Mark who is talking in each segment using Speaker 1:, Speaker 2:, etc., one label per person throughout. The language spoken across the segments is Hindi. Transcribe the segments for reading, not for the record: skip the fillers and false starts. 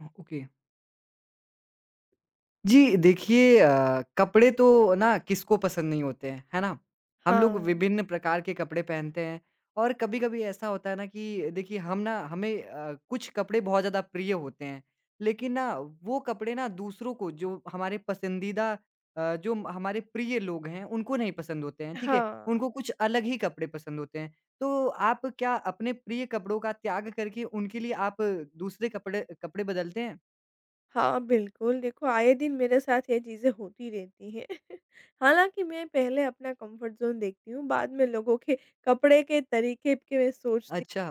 Speaker 1: हुँ, ओके। जी, देखिए कपड़े तो ना किसको पसंद नहीं होते हैं, है ना? हम लोग
Speaker 2: हाँ।
Speaker 1: विभिन्न प्रकार के कपड़े पहनते हैं और कभी-कभी ऐसा होता है ना कि देखिए हम ना हमें अ, कुछ कपड़े बहुत ज़्यादा प्रिय होते हैं, लेकिन ना वो कपड़े ना दूसरों को जो हमारे पसंदीदा जो हमारे प्रिय लोग हैं, उनको नहीं पसंद होते हैं, ठीक है?
Speaker 2: हाँ।
Speaker 1: उनको कुछ अलग ही कपड़े पसंद होते हैं। तो आप क्या अपने प्रिय कपड़ों का त्याग करके उनके लिए आप दूसरे कपड़े कपड़े बदलते हैं?
Speaker 2: हाँ, बिल्कुल देखो आए दिन मेरे साथ ये चीज़ें होती रहती हैं। हालाँकि मैं पहले अपना कम्फ़र्ट ज़ोन देखती हूँ, बाद में लोगों के कपड़े के तरीके के मैं सोचती
Speaker 1: अच्छा,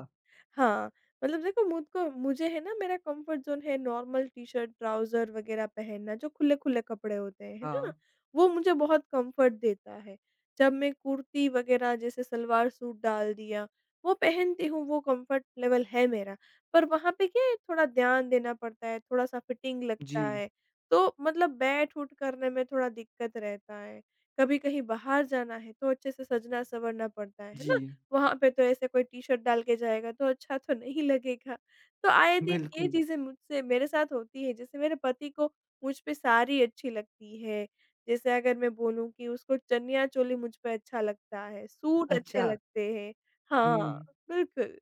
Speaker 2: हाँ, मतलब देखो मुझे है ना मेरा कम्फर्ट ज़ोन है नॉर्मल टी-शर्ट, ट्राउज़र वग़ैरह पहनना जो खुले-खुले कपड़े होते हैं, है ना?
Speaker 1: हाँ।
Speaker 2: वो मुझे बहुत कम्फर्ट देता है। जब मैं कुर्ती वग़ैरह जैसे सलवार सूट डाल दिया, वो पहनती हूँ, वो कम्फर्ट लेवल है मेरा। पर वहाँ पे क्या है थोड़ा ध्यान देना पड़ता है, थोड़ा-सा फिटिंग लगता
Speaker 1: जी,
Speaker 2: है, तो मतलब बैठ-उठ करने में थोड़ा दिक्कत रहता है। कभी कहीं बाहर जाना है तो अच्छे से सजना-संवरना पड़ता है ना?
Speaker 1: जी,
Speaker 2: वहाँ पे तो ऐसे कोई टी-शर्ट डाल के जाएगा तो अच्छा तो नहीं लगेगा। तो आए दिन ये
Speaker 1: बिल्कुल।
Speaker 2: चीज़ें मुझसे मेरे साथ होती है जैसे मेरे पति को मुझ पे साड़ी अच्छी लगती है। जैसे अगर मैं बोलूँ कि उसको चनिया-चोली मुझ पे अच्छा लगता है, सूट अच्छे
Speaker 1: अच्छा,
Speaker 2: लगते हैं। हाँ,
Speaker 1: हुँ।
Speaker 2: बिल्कुल।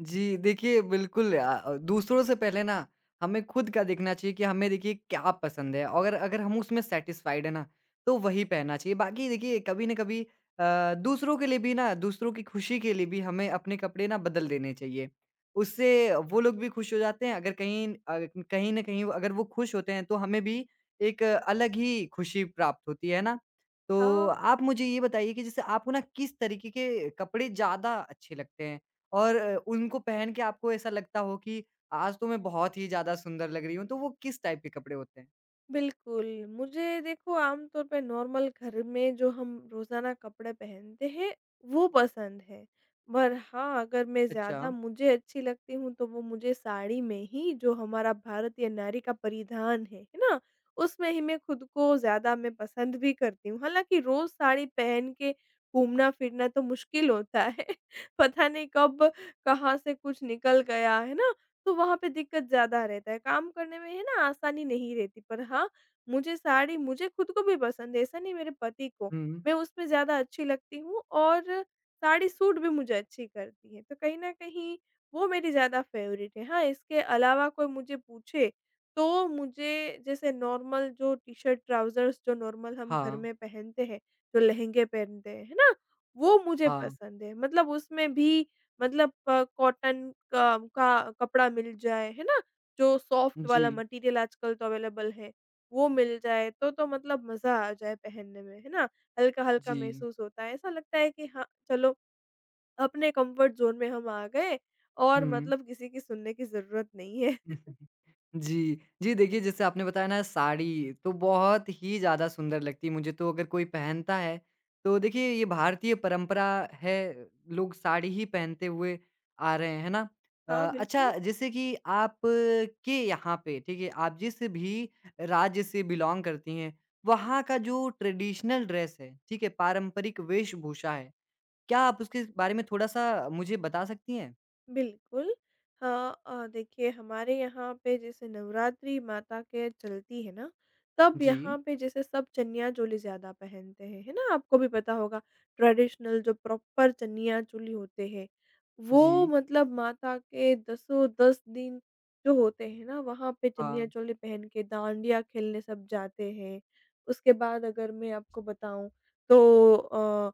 Speaker 1: जी, देखिए बिल्कुल दूसरों से पहले ना हमें खुद का देखना चाहिए कि हमें देखिए क्या पसंद है और अगर हम उसमें सैटिस्फ़ाइड है ना, तो वही पहनना चाहिए। बाकी देखिए कभी न कभी दूसरों के लिए भी ना दूसरों की खुशी के लिए भी हमें अपने कपड़े ना बदल देने चाहिए। उससे वो लोग भी खुश हो जाते हैं अगर कहीं न कहीं अगर वो खुश होते हैं तो हमें भी एक अलग ही खुशी प्राप्त होती है ना? तो
Speaker 2: हाँ।
Speaker 1: आप मुझे ये बताइए कि जैसे आपको ना किस तरीके के कपड़े ज़्यादा अच्छे लगते हैं? और उनको पहन के आपको ऐसा लगता हो कि आज तो मैं बहुत ही ज़्यादा सुंदर लग रही हूँ, तो वो किस टाइप के कपड़े होते हैं?
Speaker 2: बिल्कुल, मुझे देखो आमतौर पे नॉर्मल घर में जो हम रोज़ाना कपड़े पहनते हैं, वो पसंद है। पर हाँ, अगर मैं
Speaker 1: अच्छा।
Speaker 2: ज़्यादा मुझे अच्छी लगती हूँ तो वो मुझे साड़ी में ही जो हमारा भारतीय नारी का परिधान है ना? उसमें ही मैं खुद को ज़्यादा मैं पसंद भी करती हूँ। हालाँकि रोज़ साड़ी पहन के घूमना-फिरना तो मुश्किल होता है। पता नहीं कब, कहाँ से कुछ निकल गया, है ना? तो वहाँ पे दिक्कत ज़्यादा रहता है। काम करने में है ना आसानी नहीं रहती। पर हाँ, मुझे साड़ी मुझे खुद को भी पसंद है, ऐसा नहीं मेरे पति को।
Speaker 1: हुँ।
Speaker 2: मैं उसमें ज़्यादा अच्छी लगती हूँ और साड़ी सूट भी मुझे अच्छी करती है। तो कहीं न कहीं वो मेरी ज़्यादा फ़ेवरेट है। हाँ, इसके अलावा कोई मुझे पूछे तो मुझे जैसे नॉर्मल जो टी-शर्ट, ट्राउज़र्स जो नॉर्मल हम घर
Speaker 1: हाँ,
Speaker 2: में पहनते हैं, जो लहंगे पहनते हैं, है ना? वो मुझे
Speaker 1: हाँ।
Speaker 2: पसंद है। मतलब उसमें भी मतलब कॉटन का कपड़ा मिल जाए, है ना? जो सॉफ्ट वाला
Speaker 1: जी,
Speaker 2: मटेरियल आजकल तो अवेलेबल है, वो मिल जाए तो मतलब मज़ा आ जाए पहनने में, है ना? हल्का-हल्का
Speaker 1: जी।
Speaker 2: महसूस होता है, ऐसा लगता है कि हाँ, चलो अपने कम्फर्ट ज़ोन में हम आ गए और
Speaker 1: हुँ।
Speaker 2: मतलब किसी की सुनने की ज़रूरत नहीं है।
Speaker 1: जी। जी, देखिए जैसे आपने बताया ना साड़ी तो बहुत ही ज़्यादा सुंदर लगती है मुझे तो अगर कोई पहनता है, तो देखिए ये भारतीय परंपरा है, लोग साड़ी ही पहनते हुए आ रहे हैं, है ना? अ,
Speaker 2: हाँ,
Speaker 1: अच्छा
Speaker 2: बिल्कुल।
Speaker 1: जैसे कि आप के यहाँ पे ठीक है, आप जिस भी राज्य से बिलॉन्ग करती हैं, वहाँ का जो ट्रेडिशनल ड्रेस है, ठीक है? पारंपरिक वेशभूषा है, क्या आप उसके बारे में थोड़ा-सा मुझे बता सकती हैं?
Speaker 2: बिल्कुल। हाँ देखिए हमारे यहाँ पे जैसे नवरात्रि माता के चलती है ना, तब
Speaker 1: जी,
Speaker 2: यहाँ पे जैसे सब चनिया-चोली ज़्यादा पहनते हैं, है ना? आपको भी पता होगा ट्रेडिशनल जो प्रॉपर चनिया-चोली होते हैं,
Speaker 1: जी।
Speaker 2: वो मतलब माता के दसों 10 दिन जो होते हैं ना, वहाँ पे
Speaker 1: हाँ,
Speaker 2: चनिया-चोली पहन के डाँडिया खेलने सब जाते हैं। उसके बाद अगर मैं आपको बताऊँ तो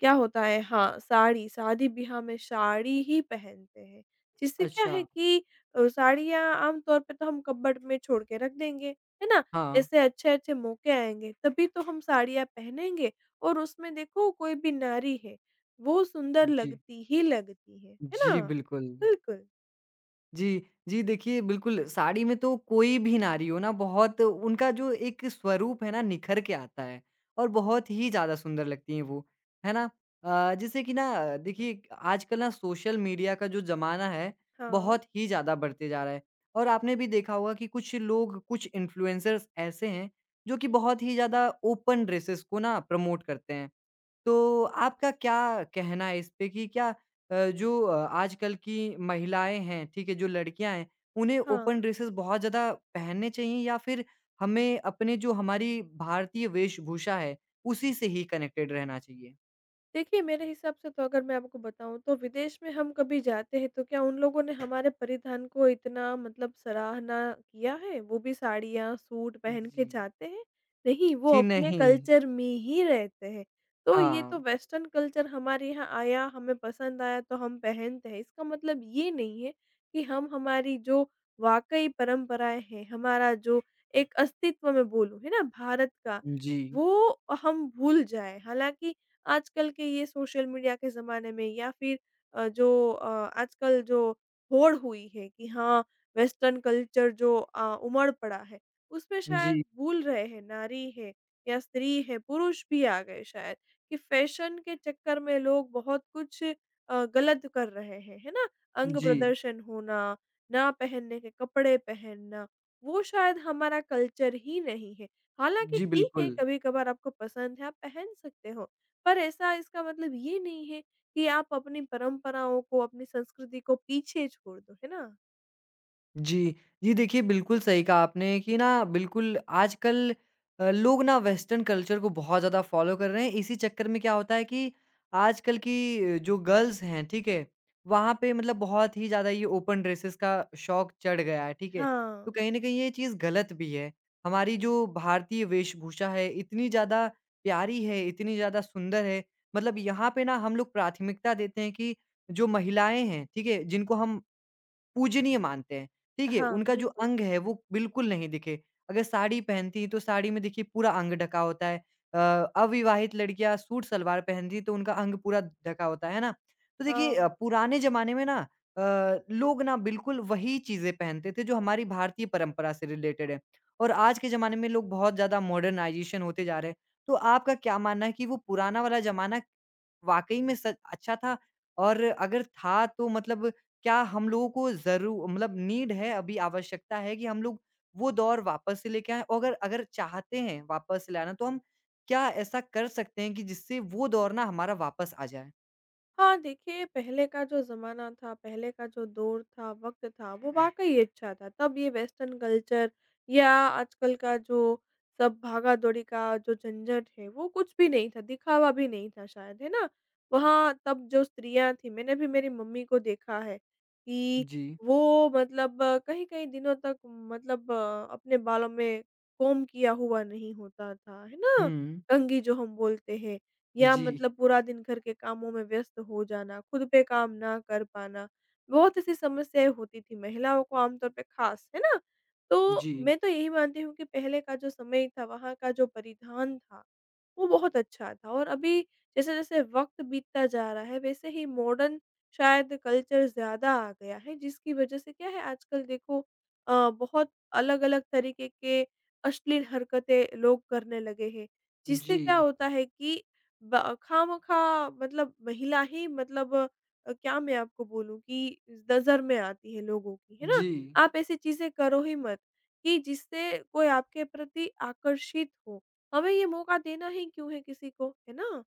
Speaker 2: क्या होता है हाँ, साड़ी, शादी-ब्याह में साड़ी ही पहनते हैं, जिससे क्या
Speaker 1: अच्छा,
Speaker 2: है कि साड़ियाँ आम तौर पे तो हम कपबोर्ड में छोड़ के रख देंगे, है ना?
Speaker 1: हाँ।
Speaker 2: ऐसे अच्छे-अच्छे मौके आएँगे, तभी तो हम साड़ियाँ पहनेंगे और उसमें देखो कोई भी नारी है, वो सुंदर
Speaker 1: जी।
Speaker 2: लगती ही लगती है ना?
Speaker 1: जी, बिल्कुल।
Speaker 2: बिल्कुल।
Speaker 1: जी, जी देखिए बिल्कुल साड़ी में तो कोई भी नारी हो ना बहुत उनका जो एक स्वरूप है ना निखर के आता है और बहुत ही ज़्यादा सुंदर लगती हैं वो, है ना? जैसे कि ना देखिए आजकल ना सोशल मीडिया का जो ज़माना है
Speaker 2: हाँ,
Speaker 1: बहुत ही ज़्यादा बढ़ते जा रहा है और आपने भी देखा होगा कि कुछ लोग, कुछ इन्फ्लुएंसर्स ऐसे हैं जो कि बहुत ही ज़्यादा ओपन ड्रेसेस को ना प्रमोट करते हैं। तो आपका क्या कहना है इस पे कि क्या जो आजकल की महिलाएँ हैं, ठीक है, जो लड़कियाँ हैं, उन्हें ओपन
Speaker 2: हाँ।
Speaker 1: ड्रेसेस बहुत ज़्यादा पहनने चाहिए या फिर हमें अपने जो हमारी भारतीय वेशभूषा है, उसी से ही कनेक्टेड रहना चाहिए?
Speaker 2: देखिए, मेरे हिसाब से तो अगर मैं आपको बताऊँ तो विदेश में हम कभी जाते हैं तो क्या उन लोगों ने हमारे परिधान को इतना मतलब सराहना किया है? वो भी साड़ियाँ, सूट पहन
Speaker 1: जी।
Speaker 2: के जाते हैं? नहीं, वो
Speaker 1: जी
Speaker 2: अपने
Speaker 1: नहीं।
Speaker 2: कल्चर में ही रहते हैं। तो ये तो
Speaker 1: हाँ।
Speaker 2: वेस्टर्न कल्चर हमारे यहाँ आया, हमें पसंद आया तो हम पहनते हैं। इसका मतलब ये नहीं है कि हम हमारी जो वाक़ई परंपराएँ हैं, हमारा जो एक अस्तित्व मैं बोलूँ है ना भारत का,
Speaker 1: जी।
Speaker 2: वो हम भूल जाएँ। हालाँकि आजकल के ये सोशल मीडिया के ज़माने में या फिर जो आजकल जो होड़ हुई है कि हाँ, वेस्टर्न कल्चर जो उमड़ पड़ा है, उसमें
Speaker 1: जी।
Speaker 2: शायद भूल रहे हैं नारी है या स्त्री है, पुरुष भी आ गए शायद कि फैशन के चक्कर में लोग बहुत कुछ गलत कर रहे हैं, है ना? अंग
Speaker 1: जी।
Speaker 2: प्रदर्शन होना, ना पहनने के कपड़े पहनना, वो शायद हमारा कल्चर ही नहीं है। हालाँकि
Speaker 1: जी,
Speaker 2: ठीक है,
Speaker 1: बिल्कुल।
Speaker 2: कभी-कभार आपको पसंद है, आप पहन सकते हो। पर ऐसा इसका मतलब ये नहीं है कि आप अपनी परंपराओं को, अपनी संस्कृति को पीछे छोड़ दो, है ना?
Speaker 1: जी। जी, देखिए बिल्कुल सही कहा आपने कि ना बिल्कुल आजकल लोग ना वेस्टर्न कल्चर को बहुत ज़्यादा फ़ॉलो कर रहे हैं। इसी चक्कर में क्या होता है कि आजकल की जो गर्ल्स हैं, ठीक है? वहाँ पे मतलब बहुत ही ज़्यादा ये ओपन ड्रेसेस का शौक चढ़ गया है, ठीक है? तो
Speaker 2: हाँ।
Speaker 1: कहीं न कहीं ये चीज़ गलत भी है। हमारी जो भारतीय वेशभूषा है, इतनी ज़्यादा प्यारी है, इतनी ज़्यादा सुंदर है। मतलब यहाँ पे ना हम लोग प्राथमिकता देते हैं कि जो महिलाएँ हैं, ठीक है? जिनको हम पूजनीय मानते हैं, ठीक है?
Speaker 2: हाँ,
Speaker 1: उनका जो
Speaker 2: बिल्कुल।
Speaker 1: अंग है वो बिल्कुल नहीं दिखे। अगर साड़ी पहनती हैं तो साड़ी में देखिए पूरा अंग ढका होता है। अ, अविवाहित लड़कियाँ सूट-सलवार पहनती हैं तो उनका अंग पूरा ढका होता है ना? तो देखिए
Speaker 2: हाँ।
Speaker 1: पुराने ज़माने में ना अ, लोग ना बिल्कुल वही चीज़ें पहनते थे जो हमारी भारतीय परंपरा से रिलेटेड है और आज के ज़माने में लोग बहुत ज़्यादा मॉडर्नाइज़ेशन होते जा रहे हैं। तो आपका क्या मानना है कि वो पुराना वाला ज़माना वाक़ई में सच अच्छा था और अगर था तो मतलब क्या हम लोगों को ज़रू मतलब नीड है, अभी आवश्यकता है कि हम लोग वो दौर वापस से लेके आएँ? और अगर अगर चाहते हैं वापस से लाना तो हम क्या ऐसा कर सकते हैं कि जिससे वो दौर ना हमारा वापस आ जाए?
Speaker 2: हाँ, देखिए पहले का जो ज़माना था, पहले का जो दौर था, वक़्त था, वो वाक़ई अच्छा था। तब ये वेस्टर्न कल्चर या आजकल का जो सब भागा-दौड़ी का जो झंझट है, वो कुछ भी नहीं था, दिखावा भी नहीं था शायद, है ना? वहाँ तब जो स्त्रियाँ थीं, मैंने भी मेरी मम्मी को देखा है कि
Speaker 1: जी।
Speaker 2: वो मतलब कहीं-कहीं दिनों तक मतलब अपने बालों में कोंब किया हुआ नहीं होता था, है ना?
Speaker 1: हुँ,
Speaker 2: कंघी जो हम बोलते हैं। या
Speaker 1: जी,
Speaker 2: मतलब पूरा दिन घर के कामों में व्यस्त हो जाना, खुद पे काम ना कर पाना, बहुत ऐसी समस्याएँ होती थी महिलाओं को आमतौर पे ख़ास, है ना? तो
Speaker 1: जी,
Speaker 2: मैं तो यही मानती हूँ कि पहले का जो समय था, वहाँ का जो परिधान था, वो बहुत अच्छा था और अभी जैसे-जैसे वक़्त बीतता जा रहा है, वैसे ही मॉडर्न शायद कल्चर ज़्यादा आ गया है, जिसकी वजह से क्या है आजकल देखो बहुत अलग-अलग तरीके के अश्लील हरकतें लोग करने लगे हैं,
Speaker 1: जी,
Speaker 2: जिससे क्या
Speaker 1: जी,
Speaker 2: होता है कि ब खामखा मतलब महिला ही मतलब क्या मैं आपको बोलूँ कि नज़र में आती है लोगों की, है ना?
Speaker 1: जी,
Speaker 2: आप ऐसी चीज़ें करो ही मत कि जिससे कोई आपके प्रति आकर्षित हो। हमें ये मौका देना ही क्यों है किसी को, है ना?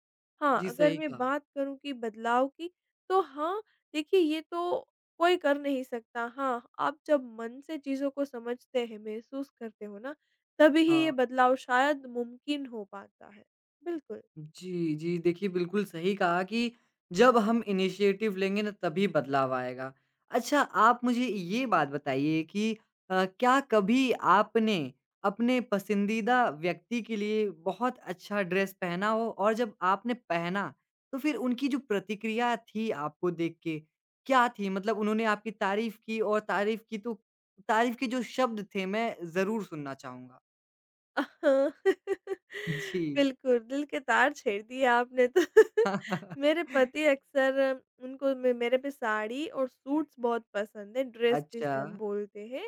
Speaker 2: हाँ,
Speaker 1: जी
Speaker 2: अगर
Speaker 1: सही
Speaker 2: मैं
Speaker 1: कहा।
Speaker 2: बात करूँ कि बदलाव की, तो हाँ, देखिए ये तो कोई कर नहीं सकता। हाँ, आप जब मन से चीज़ों को समझते हैं, महसूस करते हो ना, तभी ही ये
Speaker 1: हाँ।
Speaker 2: बदलाव शायद मुमकिन हो पाता है। बिल्कुल।
Speaker 1: जी, जी। देखिए, बिल्कुल सही कहा कि जब हम इनिशिएटिव लेंगे ना तभी बदलाव आएगा। अच्छा आप मुझे ये बात बताइए कि क्या कभी आपने अपने पसंदीदा व्यक्ति के लिए बहुत अच्छा ड्रेस पहना हो और जब आपने पहना तो फिर उनकी जो प्रतिक्रिया थी आपको देख के, क्या थी? मतलब उन्होंने आपकी तारीफ़ की और तारीफ़ की तो तारीफ़ के जो शब्द थे मैं ज़रूर सुनना चाहूँगा।
Speaker 2: हाँ।
Speaker 1: जी।
Speaker 2: बिल्कुल, दिल के तार छेड़ दिए आपने तो। मेरे पति अक्सर उनको मे मेरे पे साड़ी और सूट्स बहुत पसंद है, ड्रेस
Speaker 1: अच्छा,
Speaker 2: जिसे हम बोलते हैं।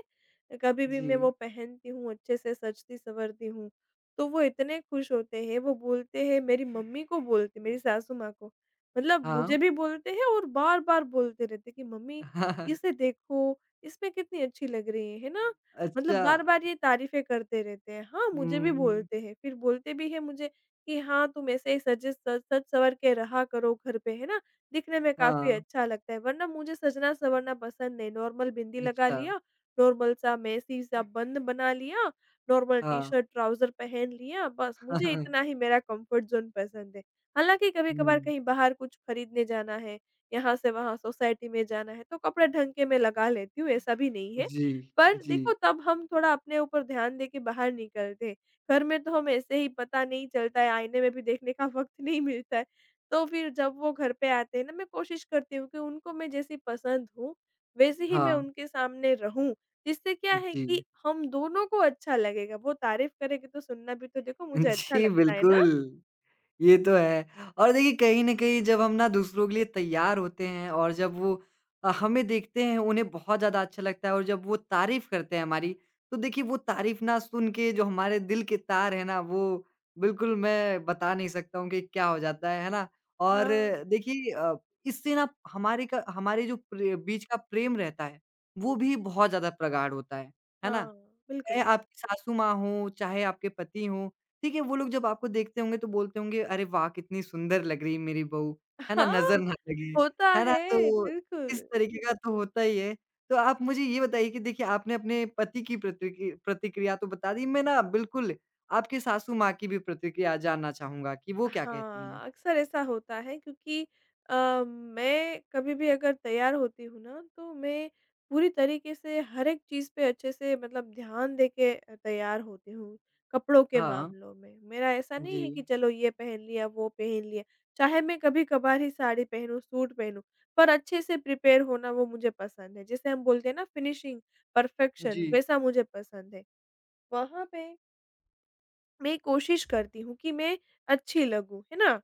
Speaker 2: कभी भी
Speaker 1: जी।
Speaker 2: मैं वो पहनती हूँ, अच्छे से सजती-सँवरती हूँ, तो वो इतने खुश होते हैं, वो बोलते हैं मेरी मम्मी को बोलते मेरी सासू माँ को। मतलब
Speaker 1: हाँ।
Speaker 2: मुझे भी बोलते हैं और बार-बार बोलते रहते हैं कि, "मम्मी, इसे देखो, इसमें कितनी अच्छी लग रही है।" है ना? मतलब
Speaker 1: अच्छा।
Speaker 2: बार-बार ये तारीफ़ें करते रहते हैं। हाँ, मुझे भी
Speaker 1: हुँ,
Speaker 2: बोलते हैं, फिर बोलते भी हैं मुझे कि हाँ, तुम ऐसे ही सजे स सज-संवर के रहा करो घर पे, है ना? दिखने में काफ़ी
Speaker 1: हाँ,
Speaker 2: अच्छा लगता है, वरना मुझे सजना-संवरना पसंद नहीं। नॉर्मल बिंदी लगा
Speaker 1: अच्छा,
Speaker 2: लिया, नॉर्मल सा मेसी सा बन बना लिया, नॉर्मल
Speaker 1: हाँ।
Speaker 2: टी-शर्ट, ट्राउज़र पहन लिया, बस मुझे इतना ही मेरा कम्फ़र्ट ज़ोन पसंद है। हालाँकि कभी-कभार
Speaker 1: हुँ,
Speaker 2: कहीं बाहर कुछ खरीदने जाना है, यहाँ से वहाँ सोसाइटी में जाना है, तो कपड़े ढंग के मैं लगा लेती हूँ, ऐसा भी नहीं है।
Speaker 1: जी,
Speaker 2: पर
Speaker 1: जी,
Speaker 2: देखो तब हम थोड़ा अपने ऊपर ध्यान देके बाहर निकलते। घर में तो हम ऐसे ही पता नहीं चलता है, आईने में भी देखने का वक़्त नहीं मिलता है। तो फिर जब वो घर पे आते हैं ना मैं कोशिश करती हूँ कि उनको मैं जैसी पसंद हूँ, वैसे ही
Speaker 1: हाँ,
Speaker 2: मैं उनके सामने रहूँ। जिससे क्या है
Speaker 1: जी।
Speaker 2: कि हम दोनों को अच्छा लगेगा, वो तारीफ़ करेंगे तो सुनना भी तो देखो मुझे अच्छा
Speaker 1: जी,
Speaker 2: लगता है ना।
Speaker 1: बिल्कुल। ये तो है। और देखिए कहीं न कहीं जब हम ना दूसरों के लिए तैयार होते हैं और जब वो हमें देखते हैं उन्हें बहुत ज़्यादा अच्छा लगता है और जब वो तारीफ़ करते हैं हमारी, तो देखिए वो तारीफ़ ना सुन के जो हमारे दिल के तार हैं ना वो बिल्कुल मैं बता नहीं सकता हूँ कि क्या हो जाता है ना? और
Speaker 2: हाँ,
Speaker 1: देखिए इससे ना हमारे का हमारे जो प्रे बीच का प्रेम रहता है, वो भी बहुत ज़्यादा प्रगाढ़ होता है ना?
Speaker 2: हाँ,
Speaker 1: चाहे
Speaker 2: बिल्कुल।
Speaker 1: आपकी सासू माँ हों, चाहे आपके पति हों, ठीक है? वो लोग जब आपको देखते होंगे तो बोलते होंगे, "अरे वाह! कितनी सुंदर लग रही है मेरी बहू।" है ना? नज़र
Speaker 2: हाँ,
Speaker 1: ना लगे,
Speaker 2: होता
Speaker 1: है ना?
Speaker 2: है,
Speaker 1: तो इस
Speaker 2: बिल्कुल।
Speaker 1: तरीके का तो होता ही है। तो आप मुझे ये बताइए कि देखिए आपने अपने पति की प्रतिक्रिया तो बता दी, मैं ना बिल्कुल आपकी सासू माँ की भी प्रतिक्रिया जानना चाहूँगा कि वो क्या कहती हैं?
Speaker 2: हाँ, अक्सर ऐसा होता है क्योंकि अ, मैं कभी भी अगर तैयार होती हूँ ना, तो मैं पूरी तरीके से हर एक चीज़ पे अच्छे से मतलब ध्यान दे के तैयार होती हूँ, कपड़ों के
Speaker 1: हाँ,
Speaker 2: मामलों में। मेरा ऐसा
Speaker 1: जी,
Speaker 2: नहीं है कि चलो ये पहन लिया, वो पहन लिया, चाहे मैं कभी-कभार ही साड़ी पहनूँ, सूट पहनूँ, पर अच्छे से प्रिपेयर होना वो मुझे पसंद है। जिसे हम बोलते हैं ना फिनिशिंग, परफेक्शन
Speaker 1: जी,
Speaker 2: वैसा मुझे पसंद है। वहाँ पे मैं कोशिश करती हूँ कि मैं अच्छी लगूँ, है ना?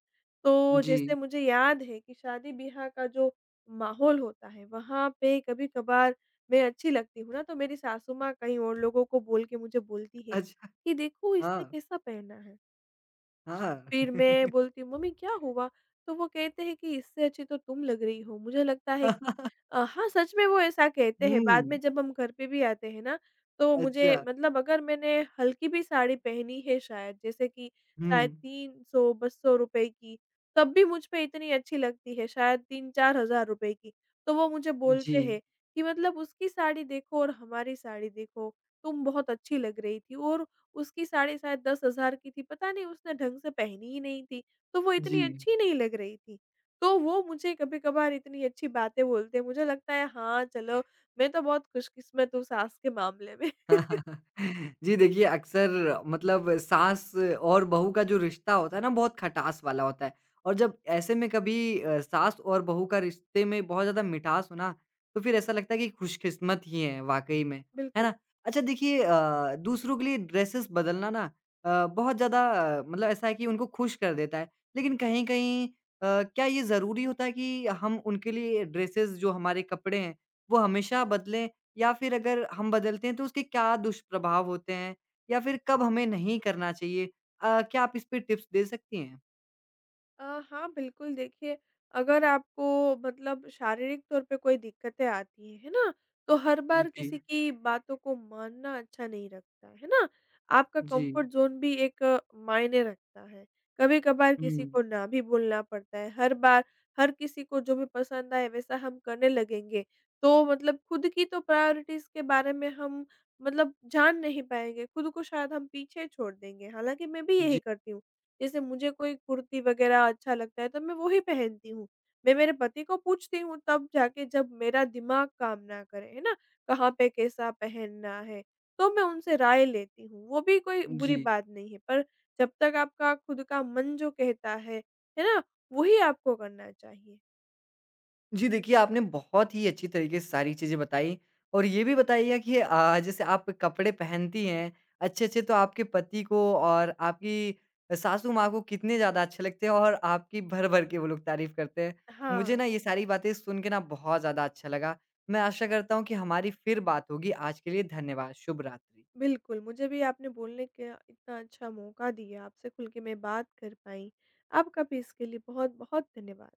Speaker 2: तो
Speaker 1: जी।
Speaker 2: जैसे मुझे याद है कि शादी-ब्याह का जो माहौल होता है, वहाँ पे कभी-कभार मैं अच्छी लगती हूँ ना, तो मेरी सासू माँ कहीं और लोगों को बोल के मुझे बोलती है
Speaker 1: अच्छा,
Speaker 2: कि, "देखो, इसने
Speaker 1: हाँ,
Speaker 2: कैसा पहना है।"
Speaker 1: हाँ।
Speaker 2: फिर मैं बोलती हूँ, "मम्मी क्या हुआ?" तो वो कहते हैं कि, "इससे अच्छी तो तुम लग रही हो।" मुझे लगता है कि हाँ, सच में वो ऐसा कहते हैं। बाद
Speaker 1: हुँ,
Speaker 2: में जब हम घर पे भी आते हैं ना, तो मुझे
Speaker 1: अच्छा,
Speaker 2: मतलब अगर मैंने हल्की भी साड़ी पहनी है शायद, जैसे कि शायद
Speaker 1: हुँ,
Speaker 2: 300 200 रुपए की, तब भी मुझ पे इतनी अच्छी लगती है, शायद 3-4 हज़ार रुपए की। तो वो मुझे
Speaker 1: जी।
Speaker 2: बोलते हैं कि, "मतलब उसकी साड़ी देखो और हमारी साड़ी देखो, तुम बहुत अच्छी लग रही थी और उसकी साड़ी शायद 10,000 की थी, पता नहीं उसने ढंग से पहनी ही नहीं थी, तो वो
Speaker 1: जी।
Speaker 2: इतनी अच्छी नहीं लग रही थी। तो वो मुझे कभी-कभार इतनी अच्छी बातें बोलते हैं, मुझे लगता है हाँ, चलो मैं तो बहुत खुशकिस्मत हूँ सास के मामले में।
Speaker 1: जी, देखिए अक्सर मतलब सास और बहू का जो रिश्ता होता है ना बहुत खटास वाला होता है और जब ऐसे में कभी सास और बहू का रिश्ते में बहुत ज़्यादा मिठास हो ना, तो फिर ऐसा लगता है कि खुशकिस्मत ही हैं वाक़ई में, है ना?
Speaker 2: बिल्कुल।
Speaker 1: अच्छा देखिए दूसरों के लिए ड्रेसेस बदलना ना बहुत ज़्यादा मतलब ऐसा है कि उनको खुश कर देता है। लेकिन कहीं-कहीं क्या ये ज़रूरी होता है कि हम उनके लिए ड्रेसेस जो हमारे कपड़े हैं, वो हमेशा बदलें? या फिर अगर हम बदलते हैं तो उसके क्या दुष्प्रभाव होते हैं? या फिर कब हमें नहीं करना चाहिए? क्या आप इस पे टिप्स दे सकती हैं?
Speaker 2: अ, हाँ, बिल्कुल देखिए, अगर आपको मतलब शारीरिक तौर पे कोई दिक्कतें आती हैं, है ना? तो हर बार
Speaker 1: जी,
Speaker 2: किसी की बातों को मानना अच्छा नहीं रखता, है ना? आपका
Speaker 1: जी।
Speaker 2: कंफर्ट ज़ोन भी एक मायने रखता है। कभी-कभार किसी
Speaker 1: हुँ,
Speaker 2: को ना भी बोलना पड़ता है। हर बार, हर किसी को जो भी पसंद आए वैसा हम करने लगेंगे, तो मतलब खुद की तो प्रायोरिटीज़ के बारे में हम मतलब जान नहीं पाएँगे, खुद को शायद हम पीछे छोड़ देंगे। हालाँकि मैं भी
Speaker 1: जी,
Speaker 2: यही करती हूँ। जैसे मुझे कोई कुर्ती वगैरह अच्छा लगता है तो मैं वो ही पहनती हूँ। मैं मेरे पति को पूछती हूँ तब जाके जब मेरा दिमाग काम ना करे, है ना? कहाँ पे कैसा पहनना है? तो मैं उनसे राय लेती हूँ, वो भी कोई
Speaker 1: जी।
Speaker 2: बुरी बात नहीं है। पर जब तक आपका खुद का मन जो कहता है ना? वही आपको करना चाहिए।
Speaker 1: जी, देखिए आपने बहुत ही अच्छी तरीके से सारी चीज़ें बताई और ये भी बताइए कि जैसे आप कपड़े पहनती हैं अच्छे-अच्छे तो आपके पति को और आपकी सासू माँ को कितने ज़्यादा अच्छे लगते हैं और आपकी भर-भर के वो लोग तारीफ़ करते हैं। मुझे
Speaker 2: हाँ,
Speaker 1: ना ये सारी बातें सुन के ना बहुत ज़्यादा अच्छा लगा। मैं आशा करता हूँ कि हमारी फिर बात होगी। आज के लिए धन्यवाद। शुभ रात्रि।
Speaker 2: बिल्कुल मुझे भी आपने बोलने का इतना अच्छा मौका दिया, आपसे खुल के मैं बात कर पाई। आपका भी इसके लिए बहुत-बहुत धन्यवाद।